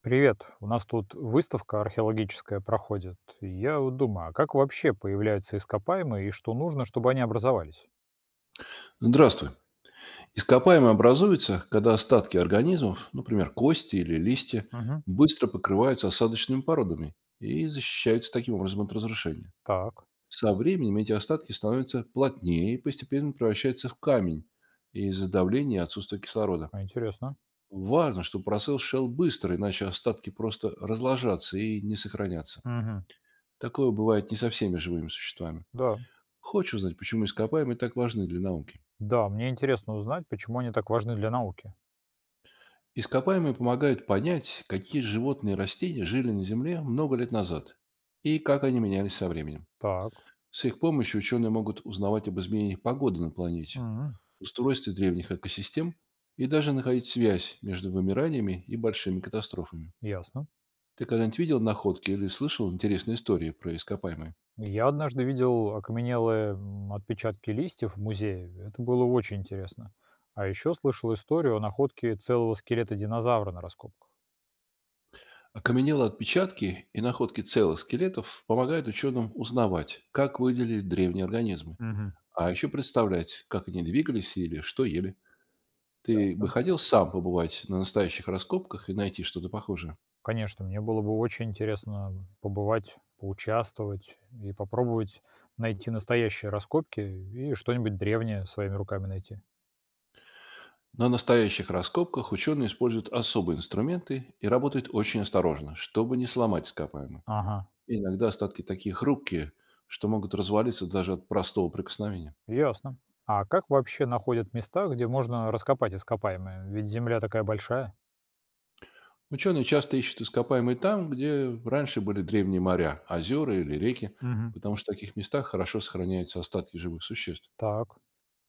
Привет. У нас тут выставка археологическая проходит. И я вот думаю, а как вообще появляются ископаемые и что нужно, чтобы они образовались? Здравствуй. Ископаемые образуются, когда остатки организмов, например, кости или листья, Мгм. быстро покрываются осадочными породами и защищаются таким образом от разрушения. Так, Со временем эти остатки становятся плотнее и постепенно превращаются в камень из-за давления и отсутствия кислорода. а интересно. Важно, чтобы процесс шел быстро, иначе остатки просто разложатся и не сохранятся. Мгм. Такое бывает не со всеми живыми существами. Да. Хочешь узнать, почему ископаемые так важны для науки? Да, мне интересно узнать, почему они так важны для науки. Ископаемые помогают понять, какие животные и растения жили на Земле много лет назад и как они менялись со временем. Так, С их помощью ученые могут узнавать об изменениях погоды на планете, мгм, устройстве древних экосистем и даже находить связь между вымираниями и большими катастрофами. ясно. Ты когда-нибудь видел находки или слышал интересные истории про ископаемые? Я однажды видел окаменелые отпечатки листьев в музее. Это было очень интересно. А еще слышал историю о находке целого скелета динозавра на раскопках. Окаменелые отпечатки и находки целых скелетов помогают ученым узнавать, как выделили древние организмы, Мгм. а еще представлять, как они двигались или что ели. Ты бы Ясно. хотел сам побывать на настоящих раскопках и найти что-то похожее? Конечно, мне было бы очень интересно побывать, поучаствовать и попробовать найти настоящие раскопки и что-нибудь древнее своими руками найти. На настоящих раскопках ученые используют особые инструменты и работают очень осторожно, чтобы не сломать ископаемые. Ага, Иногда остатки такие хрупкие, что могут развалиться даже от простого прикосновения. ясно. А как вообще находят места, где можно раскопать ископаемые? Ведь земля такая большая. Ученые часто ищут ископаемые там, где раньше были древние моря, озера или реки, Мгм. потому что в таких местах хорошо сохраняются остатки живых существ. Так.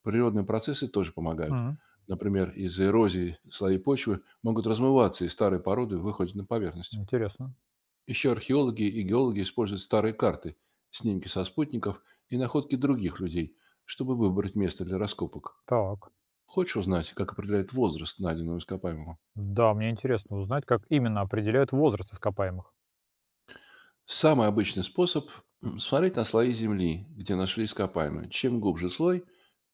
Природные процессы тоже помогают. М. Например, из-за эрозии слои почвы могут размываться, и старые породы выходят на поверхность. Интересно. Еще археологи и геологи используют старые карты, снимки со спутников и находки других людей, чтобы выбрать место для раскопок. Так. Хочешь узнать, как определяет возраст найденного ископаемого? Да, мне интересно узнать, как именно определяют возраст ископаемых. Самый обычный способ– смотреть на слои земли, где нашли ископаемые. Чем глубже слой,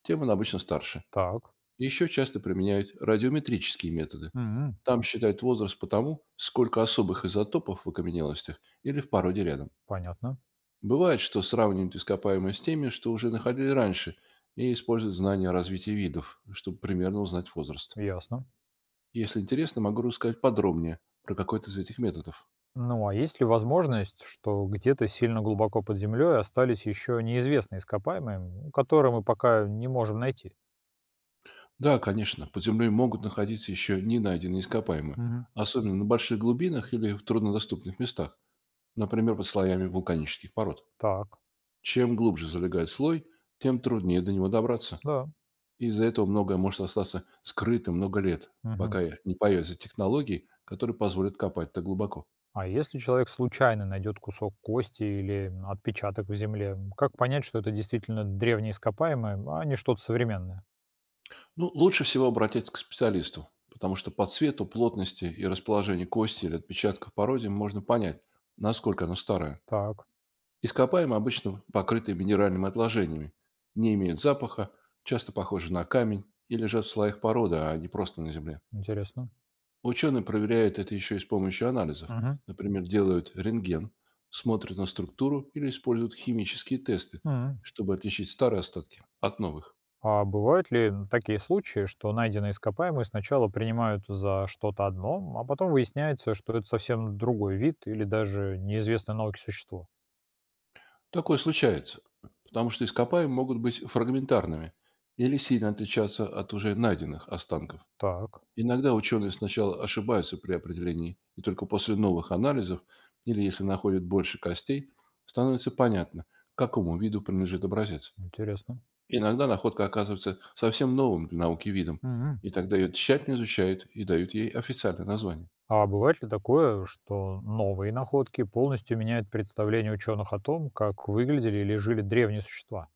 тем он обычно старше. Так. Еще часто применяют радиометрические методы. М. Там считают возраст по тому, сколько особых изотопов в окаменелостях или в породе рядом. Понятно. Бывает, что сравнивают ископаемые с теми, что уже находили раньше, и используют знания о развитии видов, чтобы примерно узнать возраст. Ясно. Если интересно, могу рассказать подробнее про какой-то из этих методов. Ну, а есть ли возможность, что где-то сильно глубоко под землей остались еще неизвестные ископаемые, которые мы пока не можем найти? Да, конечно, под землей могут находиться еще не найденные ископаемые, Мгм. особенно на больших глубинах или в труднодоступных местах, например, под слоями вулканических пород. Так, Чем глубже залегает слой, тем труднее до него добраться. да. И из-за этого многое может остаться скрытым много лет, Мгм. пока не появятся технологии, которые позволят копать так глубоко. А если человек случайно найдет кусок кости или отпечаток в земле, как понять, что это действительно древние ископаемые, а не что-то современное? Ну, лучше всего обратиться к специалисту, потому что по цвету, плотности и расположению кости или отпечатков породе можно понять, насколько она старая. Так, Ископаемые обычно покрыты минеральными отложениями, не имеют запаха, часто похожи на камень и лежат в слоях породы, а не просто на земле. интересно. Ученые проверяют это еще и с помощью анализов. Мгм. Например, делают рентген, смотрят на структуру или используют химические тесты, М. чтобы отличить старые остатки от новых. А бывают ли такие случаи, что найденные ископаемые сначала принимают за что-то одно, а потом выясняется, что это совсем другой вид или даже неизвестное науке существо? Такое случается, потому что ископаемые могут быть фрагментарными или сильно отличаться от уже найденных останков. Так, Иногда ученые сначала ошибаются при определении, и только после новых анализов, или если находят больше костей, становится понятно, к какому виду принадлежит образец. интересно. Иногда находка оказывается совсем новым для науки видом, Мгм. и тогда ее тщательно изучают и дают ей официальное название. А бывает ли такое, что новые находки полностью меняют представление ученых о том, как выглядели или жили древние существа?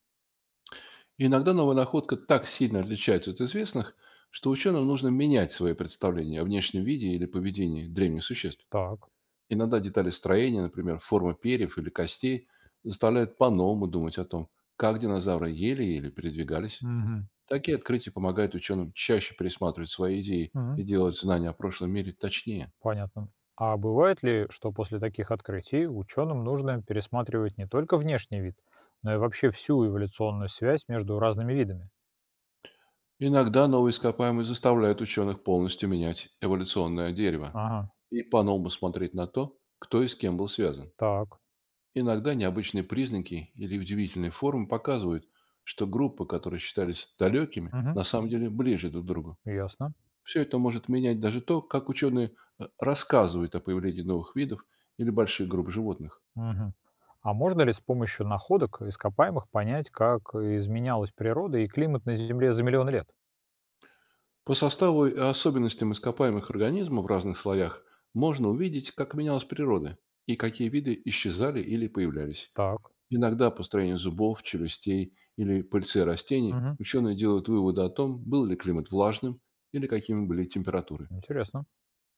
Иногда новая находка так сильно отличается от известных, что ученым нужно менять свои представления о внешнем виде или поведении древних существ. Так. Иногда детали строения, например, форма перьев или костей, заставляют по-новому думать о том, как динозавры ели или передвигались. Мгм. Такие открытия помогают ученым чаще пересматривать свои идеи Мгм. и делать знания о прошлом мире точнее. Понятно. А бывает ли, что после таких открытий ученым нужно пересматривать не только внешний вид, но и вообще всю эволюционную связь между разными видами? Иногда новые ископаемые заставляют ученых полностью менять эволюционное дерево Ага, и по-новому смотреть на то, кто и с кем был связан. так. Иногда необычные признаки или удивительные формы показывают, что группы, которые считались далекими, Мгм. на самом деле ближе друг к другу. Ясно. Все это может менять даже то, как ученые рассказывают о появлении новых видов или больших групп животных. Мгм. А можно ли с помощью находок ископаемых понять, как изменялась природа и климат на Земле за миллион лет? По составу и особенностям ископаемых организмов в разных слоях можно увидеть, как менялась природа и какие виды исчезали или появлялись. Так. Иногда по строению зубов, челюстей или пыльце растений Мгм. ученые делают выводы о том, был ли климат влажным или какими были температуры. Интересно.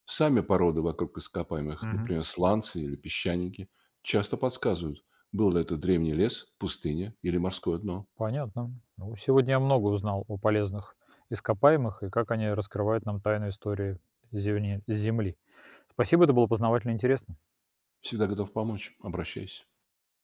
Сами породы вокруг ископаемых, Мгм. например, сланцы или песчаники, часто подсказывают, был ли это древний лес, пустыня или морское дно. Понятно. Ну, сегодня я много узнал о полезных ископаемых и как они раскрывают нам тайну истории Земли. Спасибо, это было познавательно и интересно. Всегда готов помочь. Обращайся.